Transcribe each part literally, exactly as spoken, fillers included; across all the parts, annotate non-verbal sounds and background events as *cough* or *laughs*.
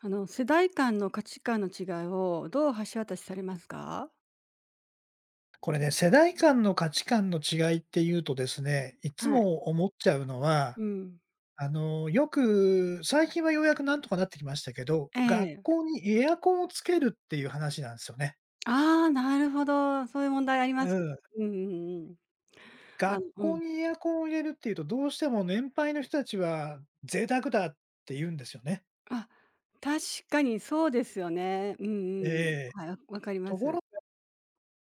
あの、世代間の価値観の違いをどう橋渡しされますか？これね、世代間の価値観の違いっていうとですね、いつはい。も思っちゃうのは、うん。あの、よく、最近はようやくなんとかなってきましたけど、え学え。校にエアコンをつけるっていう話なんですよね。ああ、なるほど。そういう問題ありまうす。ん。うんうんうん。あ学のう校ん。にエアコンを入れるっていうと、どうしても年配の人たちは贅沢だって言うんですよね。あ、確かにそうですよね。うんえうん。え。はい、わわかりまところす。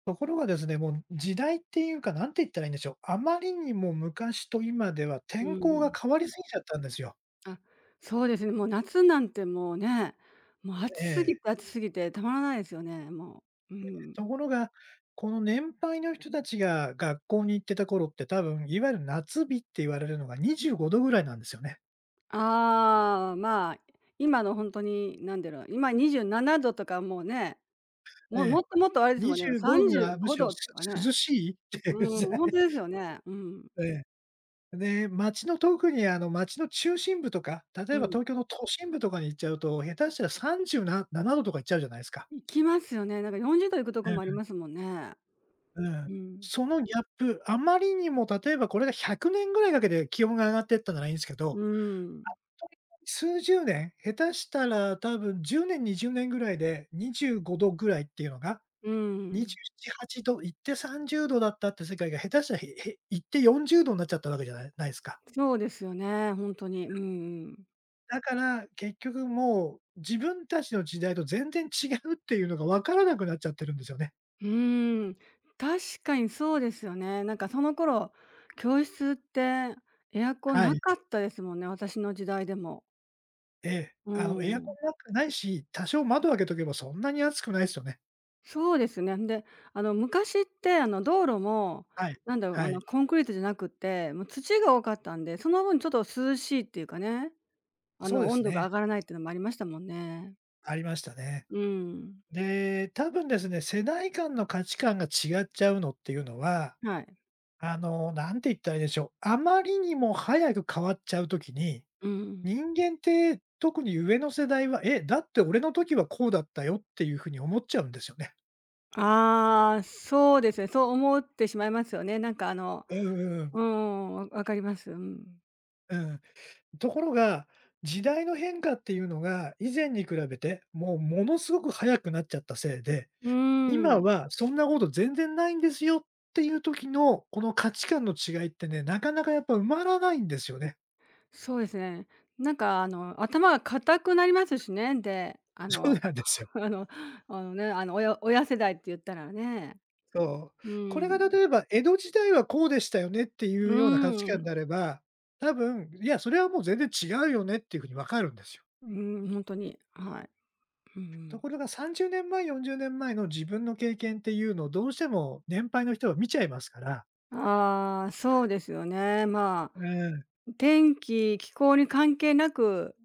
ところがですね、もう時代っていうか、なんて言ったらいいんでしょう、あまりにも昔と今ではう天候がん。変わりすぎちゃったんですよ。あ、そうですね。もう夏なんてもうね、もう暑えすぎえ。て暑すぎてたまらないですよね、もう。うとん。ころが、この年配の人たちが学校に行ってた頃って、多分いわゆる夏日って言われるのがにじゅうごどぐらいなんですよね。ああ、まあ、今の本当に、なんだろう、今にじゅうななどとかもうね、えももっえ。ともっとあれですもんね、にじゅうごどな35らむしろ度すとかね。涼しいっていうう時ん、代。ほんとですよね。うん。ええ。で、街の特にあの街の中心部とか、例うえばん。東京の都心部とかに行っちゃうと、下手したらさんじゅうななどとかいっちゃうじゃないですか。行きますよね。なんかよんじゅうど行くとえこえ、もありますもんね。うん。うん。そのギャップ、あまりにも例えばこれがひゃくねんぐらいかけて気温が上がってったならいいんすけうど、ん。数十年、下手したら多分じゅうねん、にじゅうねんぐらいでにじゅうごどぐらいっていうのが、うん。にじゅうなな、はちど、行ってさんじゅうどだったって世界が下手したら、へへ行ってよんじゅうどになっちゃったわけじゃないないですか。そうですよね、ほんとに。うんうん。だから、結局もう自分たちの時代と全然違うっていうのが分からなくなっちゃってるんですよね。うーん、確かにそうですよね。なんかその頃、教室ってエアコンはない。かったですもんね、私の時代でも。ええ。うあの、エアコん。ンなんかないし、多少窓開けとけばそんなに暑くないすよね。そうですね。で、あの、昔って、あの、道路も、はい。なんだろう、あはい。の、コンクリートじゃなくって、もう土が多かったんで、その分ちょっと涼しいっていうかね、あそうの、で温す度がね。上がらないっていうのもありましたもんね。ありましたね。うん。で、多分ですね、世代間の価値観が違っちゃうのっていうのは、はい。あの、なんて言ったらいいでしょう、あまりにも早く変わっちゃうときに、うん。人間って特に上の世代は、え、だって俺の時はこうだったよっていう風に思っちゃうんですよね。ああ、そうですね。そう思ってしまいますよね。なんか、あの、うんうん。うん、わわかります。うん。うん。ところが、時代の変化っていうのが以前に比べて、もうものすごく早くなっちゃったせいで、うー今ん、はそんなこと全然ないんですよっていう時の、この価値観の違いってね、なかなかやっぱ埋まらないんですよね。そうですね。なんか、あの、頭が固くなりますしね。で、*laughs* あそうの なんですよ。*laughs*、あのあのね、あの、親親世代って言ったらね。そう。うこれがん。例えば、江戸時代はこうでしたよねっていううような価値観でん。あれば、多分、いや、それはもう全然違うよねっていう風に分かるんですよ。うん、本当に、はい。うとん。ころがさんじゅうねんまえ、よんじゅうねんまえの自分の経験っていうのをどうしても年配の人は見ちゃいますから。ああ、そうですよね。まうん。あ、天気、気候に関係なく、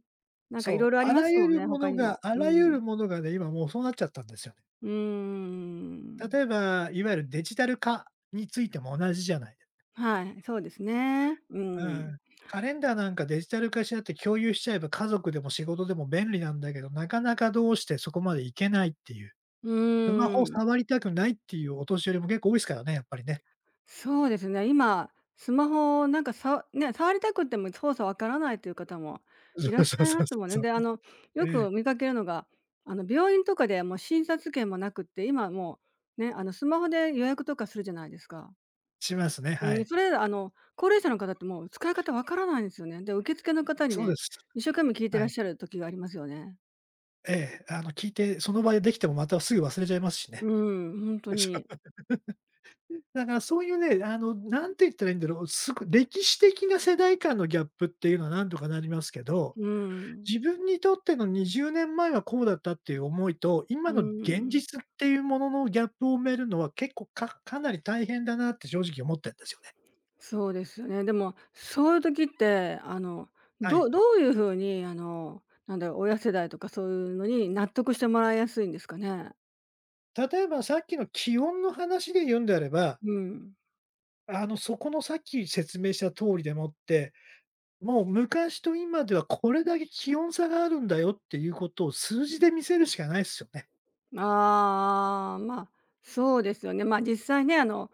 なんかいろいそろう、ありあまらすゆもんるね、も他のにがも。あうらゆん。るものがね、今もうそうなっちゃったんですよね。うーん。例えば、いわゆるデジタル化についても同じじゃないですか。はい、そうですね。ううん。ん。カレンダーなんかデジタル化しちゃって共有しちゃえば、家族でも仕事でも便利なんだけど、なかなかどうしてそこまでいけないっていう。うスマーホをん。触りたくないっていうお年寄りも結構多いですからね、やっぱりね。そうですね、今、スマホをなんかさね、触りたくても操作わからないという方もそいらっうしそうゃいそまうすそうもんそね。う。で、あの、えよえ、く見かけるのが、あの、病院とかでもう診察券もなくって、今もうね、あの、スマホで予約とかするじゃないですか。しますね、はうん、い。それ、あの、高齢者の方ってもう使い方わからないんですよね。で、受付の方にそうでね、す。一生懸命聞いてはらっい。しゃる時がありますよね。ええ、あの、聞いて、その場でできてもまたすぐ忘れちゃいますしね。うん、本当に。*laughs* だからそういうね、あの、なんて言ったらいいんだろう、すご歴史的な世代間のギャップっていうのはなんとかなりますけど、うん。自分にとってのにじゅうねんまえはこうだったっていう思いと、今うの現ん。実っていうもののギャップを埋めるのは結構かかなり大変だなって正直思ってんですよね。そうですよね。でも、そういう時って、あの、はい。どどういう風に、あの、なんだろう、親世代とかそういうのに納得してもらいやすいんですかね？例えばさっきの気温の話で言うんであれば、うん。あの、そこのさっき説明した通りでもって、もう昔と今ではこれだけ気温差があるんだよっていうことを数字で見せるしかないですよね。ああ、まあ、そうですよね。まあ、実際ね、あの、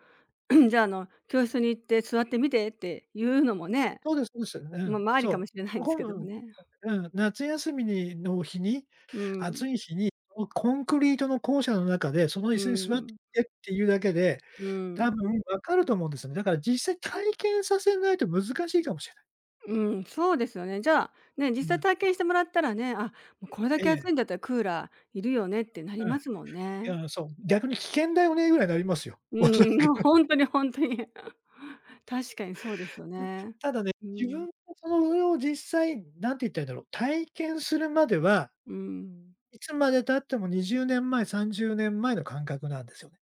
*clears throat* じゃあ、あの、教室に行って座ってみてっていうのもね、そうですそうです。うまあん、まあ、ありそかう。もしれないこですけどもこね。うん、うん、夏休みにの日にうん、暑い日に、コンクリートの校舎の中で、その椅う子に座っん、てっていうだけで、う多ん、分分かると思うんですよね。だから実際体験させないと難しいかもしれない。うん、そうですよね。じゃあ、ね、う実際ん。体験してもらったらね、あ、もうこれだえけ暑え、いんだったらクーラーいるよねってなりうん。ますもんね。いや、そう、逆に危険だよねぐらいになりますよ。う *laughs* おそらん。く。ほんと *laughs* にほんとに。*laughs* 確かにそうですよね。ただね、う自ん、分がその上を実際、なんて言ったらいいんだろう、体験するまでは、うん。いつまで経ってもにじゅうねんまえ、さんじゅうねんまえの感覚なんですよね。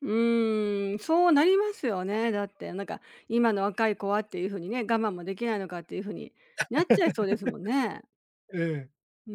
うーん、そうなりますよね、だって、なんか、今の若い子はっていう風にね、我慢もできないのかっていう風になっちゃいそうですもんね。うん。うー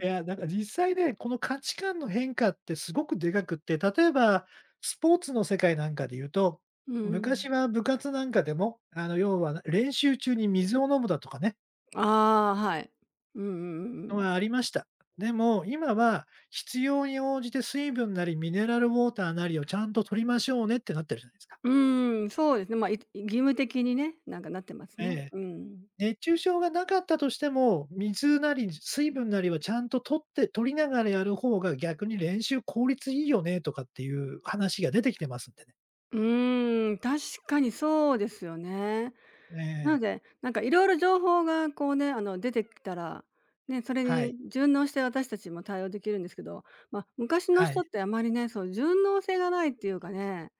いや、なんか実際ね、この価値観の変化ってすごくでかくって、例えば、スポーツの世界なんかで言うと、う昔ん。は部活なんかでも、あの、要は練習中に水を飲むだとかね、ああ、はい。うんうんうんうん。はありました。でも、今は必要に応じて水分なりミネラルウォーターなりをちゃんと取りましょうねってなってるじゃないですか。うーん、そうですね、ま、い義務的にね、なんかなってますえね。え。うん。熱中症がなかったとしても、水なり水分なりはちゃんと取って、取りながらやる方が逆に練習効率いいよねとかっていう話が出てきてますんでね。うーん、確かにそうですよね。えなのえ、で、なんかいろいろ情報がこうね、あの出てきたら、ね、それはい、に順応して私たちも対応できるんですけど、まあ、昔のはい。人ってあまりね、そう順応性がないっていうかね、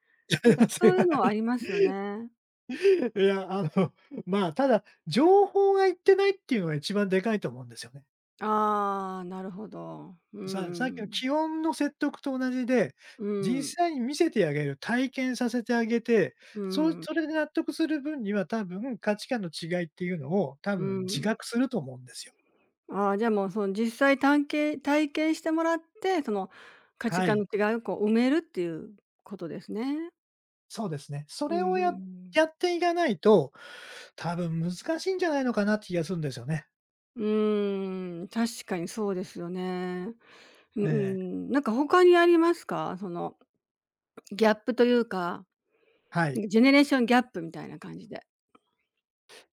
なんかそういうのはあ *laughs* りますよね。いや、あの、*laughs* まあ、ただ、情報がいってないっていうのが一番でかいと思うんですよね。ああ、なるほど。うんうんさうさっきのん。気温の説得と同じで、う実ん。際に見せてあげる、体験させてあげて、そうそれで納得する分には、多分価値観の違いっていうのを、多分自覚すると思うんですよ。ああ、じゃあもうその実際たん体験してもらって、その価値は観い、の違いをこう埋めるっていうことですね。そうですね。そうーれをやん。やっていかないと、多分難しいんじゃないのかなって気がするんですよね。うーん、確かにそうですよね。うんうええ、ん。なんか他にありますか？そのギャップというか、はい。ジェネレーションギャップみたいな感じで。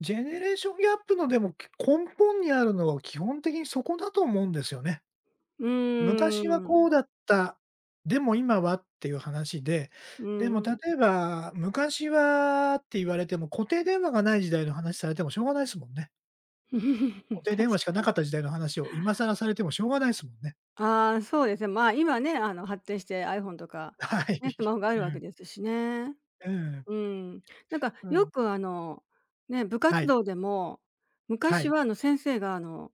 ジェネレーションギャップのでも、根本にあるのは基本的にそこだと思うんですよね。うー昔はこん。うだった、でも今はっていう話で、うでも例ん。えば昔はって言われても、固定電話がない時代の話されてもしょうがないですもんね。*laughs* 確固定か電話しかなかに。った時代の話を今更されてもしょうがないですもんね。ああ、そうですね。まあ、今ね、あの、発展して iPhone とか、*laughs* はい。ね、スマホがあうるわけん。ですしね。うん。うん。なんかうよん。くあの、ね、部は活い。動でも、は昔い。はあの先生があの、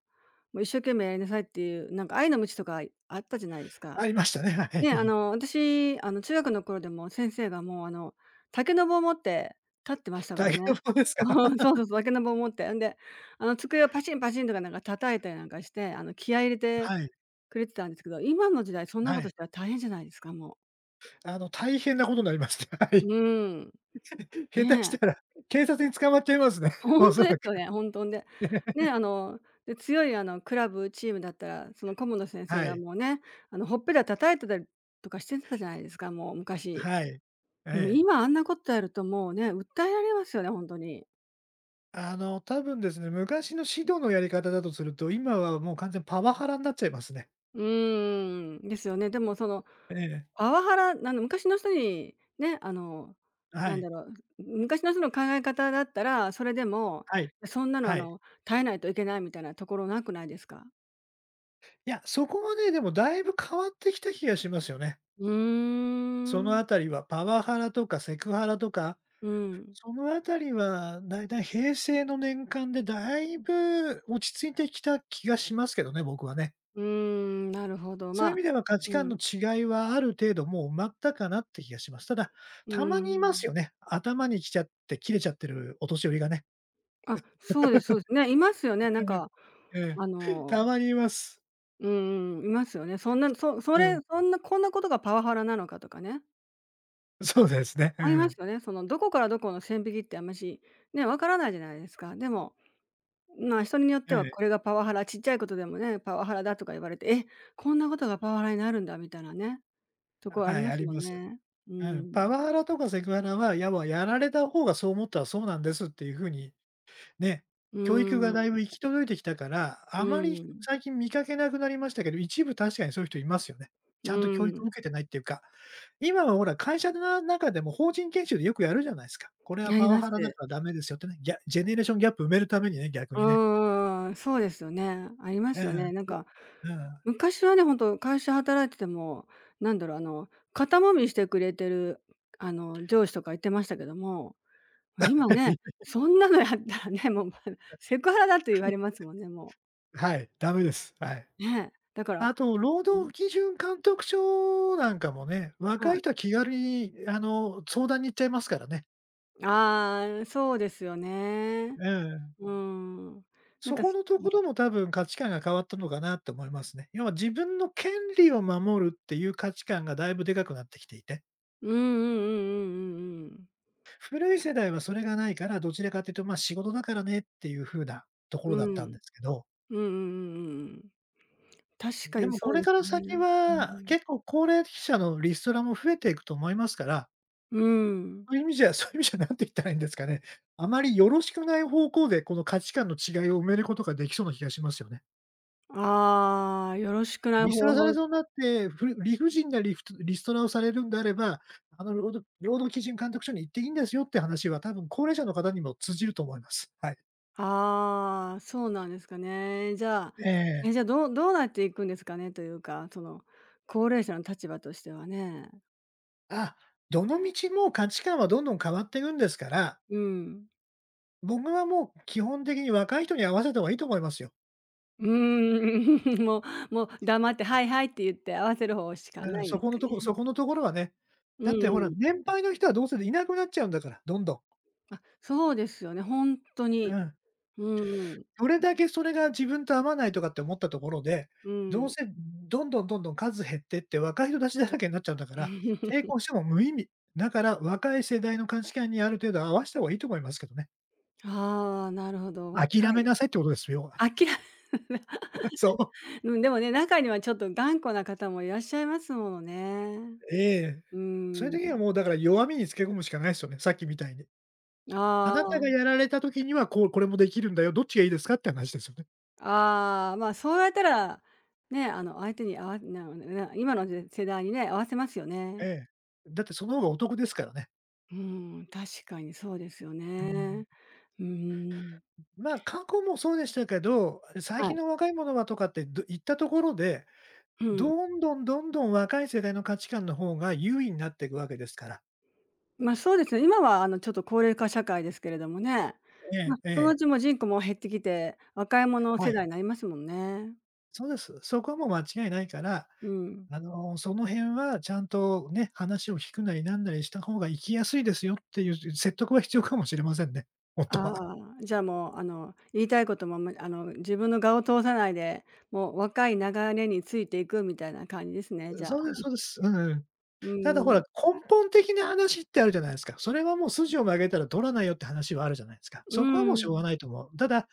もう一生懸命やりなさいっていう、なんか愛のむちとかあったじゃないですか。ありましたね、はね、あい。の私、あの中学の頃でも先生がもうあの、竹の棒持って立ってましたか大ら変ね。なものです *laughs* か？うん *laughs* そうそうそう、竹の棒持って。んで、あの机をパチンパチンとかなんか叩いたりなんかして、あの気合い入れてはい。くれてたんですけど、今の時代そんなはことい。したら大変じゃないですか、もあの、大変なことになりました。はう。い。うーん。*laughs* 下手ねしたえ。ら、警察に捕まっちゃいますね、*laughs* ほおんとそですらよくね、ほんと。んで、ね。ね、*laughs* あの、で、強いあのクラブチームだったら、その顧問の先生はがい。もうね、あのほっぺた叩いてたりとかしてたじゃないですか、もう昔。はい。えもうえ。今あんなことやるともうね、訴えられますよね、ほんとに。あの、多分ですね、昔の指導のやり方だとすると、今はもう完全にパワハラになっちゃいますね。うーん、ですよね。でも、そのええ。パワハラ、あの昔の人にね、あの、はなんい。だろう、昔の人の考え方だったら、それでも、はい。そんなのあはい。の、耐えないといけないみたいなところなくないですか？いや、そこはね、でもだいぶ変わってきた気がしますよね。うーそのん、あたりは、パワハラとかセクハラとか、うん。そのあたりはだいたい平成の年間でだいぶ落ち着いてきた気がしますけどね、僕はね。うーん、なるほど。そういう意まあ、味では価値観うのん、違いはある程度もう埋まったかなって気がします。ただ、うたまにいますん。よね。頭にきちゃって切れちゃってるお年寄りがね。あ、そうですそうです。ね、いますよね、なんか、ええ、あええ *laughs* たの、まにいます。うんうん、いますよね。そんなそそうん。れそんなこんなことがパワハラなのかとかね、そうですね。うありますん。よね。その、どこからどこの線引きってあんまし、ね、わからないじゃないですか。でも、まあ、人によっえてはえ。これがパワハラ、ちっちゃいことでもね、パワハラだとか言われて、え、こんなことがパワハラになるんだみたいなね、とこあはりい、まあすりもんます。ね。ううん。パん。ワハラとかセクハラは、やはやられた方がそう思ったらそうなんですっていう風にね、う教育がだいん、ぶ行き届いてきたから、あうまりん、最近見かけなくなりましたけど、一部確かにそういう人いますよね。ちうゃんと教育ん。を受けてないっていうか、今はほら会社の中でも法人研修でよくやるじゃないですか。これはあパりワます。ハラだからダメですよってね、ギャ、ジェネレーションギャップ埋めるためにね、逆うにね。ーん、そうですよね。ありまうすよん、ね。なんか、うん。昔はね、ほんと会社働いてても、なんだろう、あの、肩揉みしてくれてる、あの、上司とかいてましたけども、今ね、*laughs* そんなのやったらね、もう、ま、セクハラだって言われますもんね、もう。はい、ダメです。はい。ね、だから、あと、労うん。働基準監督署なんかもね、若はいい。人は気軽にあの、相談に行っちゃいますからね。ああ、そうですよね。うん、うーん。なんそか、こすのところも多分価値観が変わったのかなって思いますね。要は自分の権利を守るっていう価値観がだいぶでかくなってきていて、うんうんうんうんうんうん。古い世代はそれがないから、どちらかというと、ま、仕事だからねっていう風なところうだっん。たんですけど、うんうんうんうんうん。確かでにもそこうれでかすらね。先うんうはん。結構高齢者のリストラも増えていくと思いますから、うん。そういう意味じゃ *laughs* そういう意味じゃなんて言ったらいいんですかね、あまりよろしくない方向でこの価値観の違いを埋めることができそうな気がしますよね。ああ、よろしくないリスト方ラされ法。そうになって、ふ理不尽なリフトリストラをされるんであれば、あの、労働労働基準監督署に行っていいんですよって話は、多分高齢者の方にも通じると思います。はい。ああ、そうなんですかね。じゃあ、ええ。え、じゃあ、どうどうなっていくんですかねというか、その、高齢者の立場としてはね。あ、どの道も価値観はどんどん変わっていくんですから、うん。僕はもう基本的に若い人に合わせた方がいいと思いますよ。*laughs* うーん、*laughs* もうもう黙って「はいはい」って言って合わせる方しかうなん、いんそですこのかとこそね。このところはね。うだってんうほら、ん。年配の人はどうせいなくなっちゃうんだから、どんどそうですよね、本当ん。うに。ん。うんうん。どれだけそれが自分と合わないとかって思ったところで、うどうん。せどんどんどんどん数減ってって若い人たちだらけになっちゃうんだから、抵 *laughs* 抗しても無意味。だから若い世代の価値観にある程度合わせた方がいいと思いますけどね。ああ、なるほど、諦若めい。なさいってことですよ、*laughs* 要は。あきら *laughs* *laughs* そう。うん、でもね、中にはちょっと頑固な方もいらっしゃいますものね。ええ。うそういうん。時はもうだから弱みにつけ込むしかないですよね、さっきみたいに。あなたがあやられた時にはこう、これもできるんだよ、どっちがいいですかって話ですよね。あ、ああ、まあ、そうやったら、ね、あの、相手に合わなな今の世世代にね、合わせますよえね。え。だってその方がお得ですからね。うん、確かにそうですようん。ね。うん、まあ、過去もそうでしたけど、最は近い。の若い者はとかってど言ったところで、うどん。んどんどんどん若い世代の価値観の方が優位になっていくわけですから。ま、そうですね、今はあの、ちょっと高齢化社会ですけれどもね、えま、え、えそのうえ。ちも人口も減ってきて、若い者は世い。代になりますもんね。そうです。そこはもう間違いないから、うん。あの、その辺はちゃんとね、話を聞くなりなんなりした方が生きやすいですよっていう説得は必要かもしれませんね、ほんとあは。あ、じゃあもう、あの、言いたいこともあんまり、あの、自分の我を通さないで、もう若い流れについていくみたいな感じですね、じゃそうであ。すそうです。うんうん。うただほら、ん。根本的な話ってあるじゃないですか。それはもう筋を曲げたら取らないよって話はあるじゃないですか。うそこはもうしょうがん。ないと思う。ただ、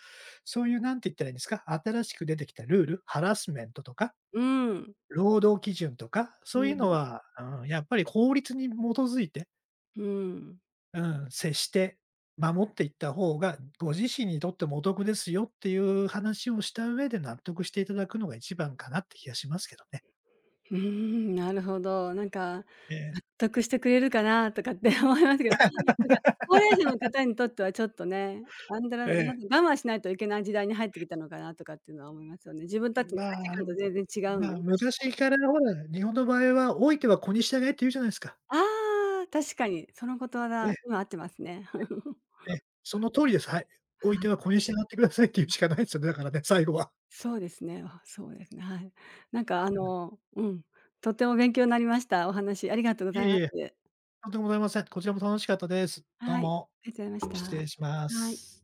そういうなんて言ったらいいんですか、新しく出てきたルール、ハラスメントとか、うん。労働基準とか、うそういうのん。は、うん、やっぱり法律に基づいて、うん。うん、接して守っていった方が、ご自身にとってもお得ですよっていう話をした上で納得していただくのが一番かなって気がしますけどね。うーん、なるほど。なんか、ええ、納得してくれるかなとかって思いますけど、なんか、高齢者の方にとってはちょっとね、なんだらえなえ。んか我慢しないといけない時代に入ってきたのかなとかっていうのは思いますよね。自分たちの価値まあ観と全然違うんまで、あ、昔。昔からほら、日本の場合は、老いては子に従えって言うじゃないですか。ああ、確かに、その言葉ええ、だ、今合ってますね。*laughs* ええ、その通りです。はい。老はいてい、は子に従ってくださいって言うしかないですよね、だからね、最後は。そうですね。あ、そうですね、はい。なんかあの、うん、とっても勉強になりました。お話ありがとうごいえざいまいえ、す。とんでもございません。こちらも楽しかったです。どうはい、も、ありがとうございま失し礼しまた。はい。す。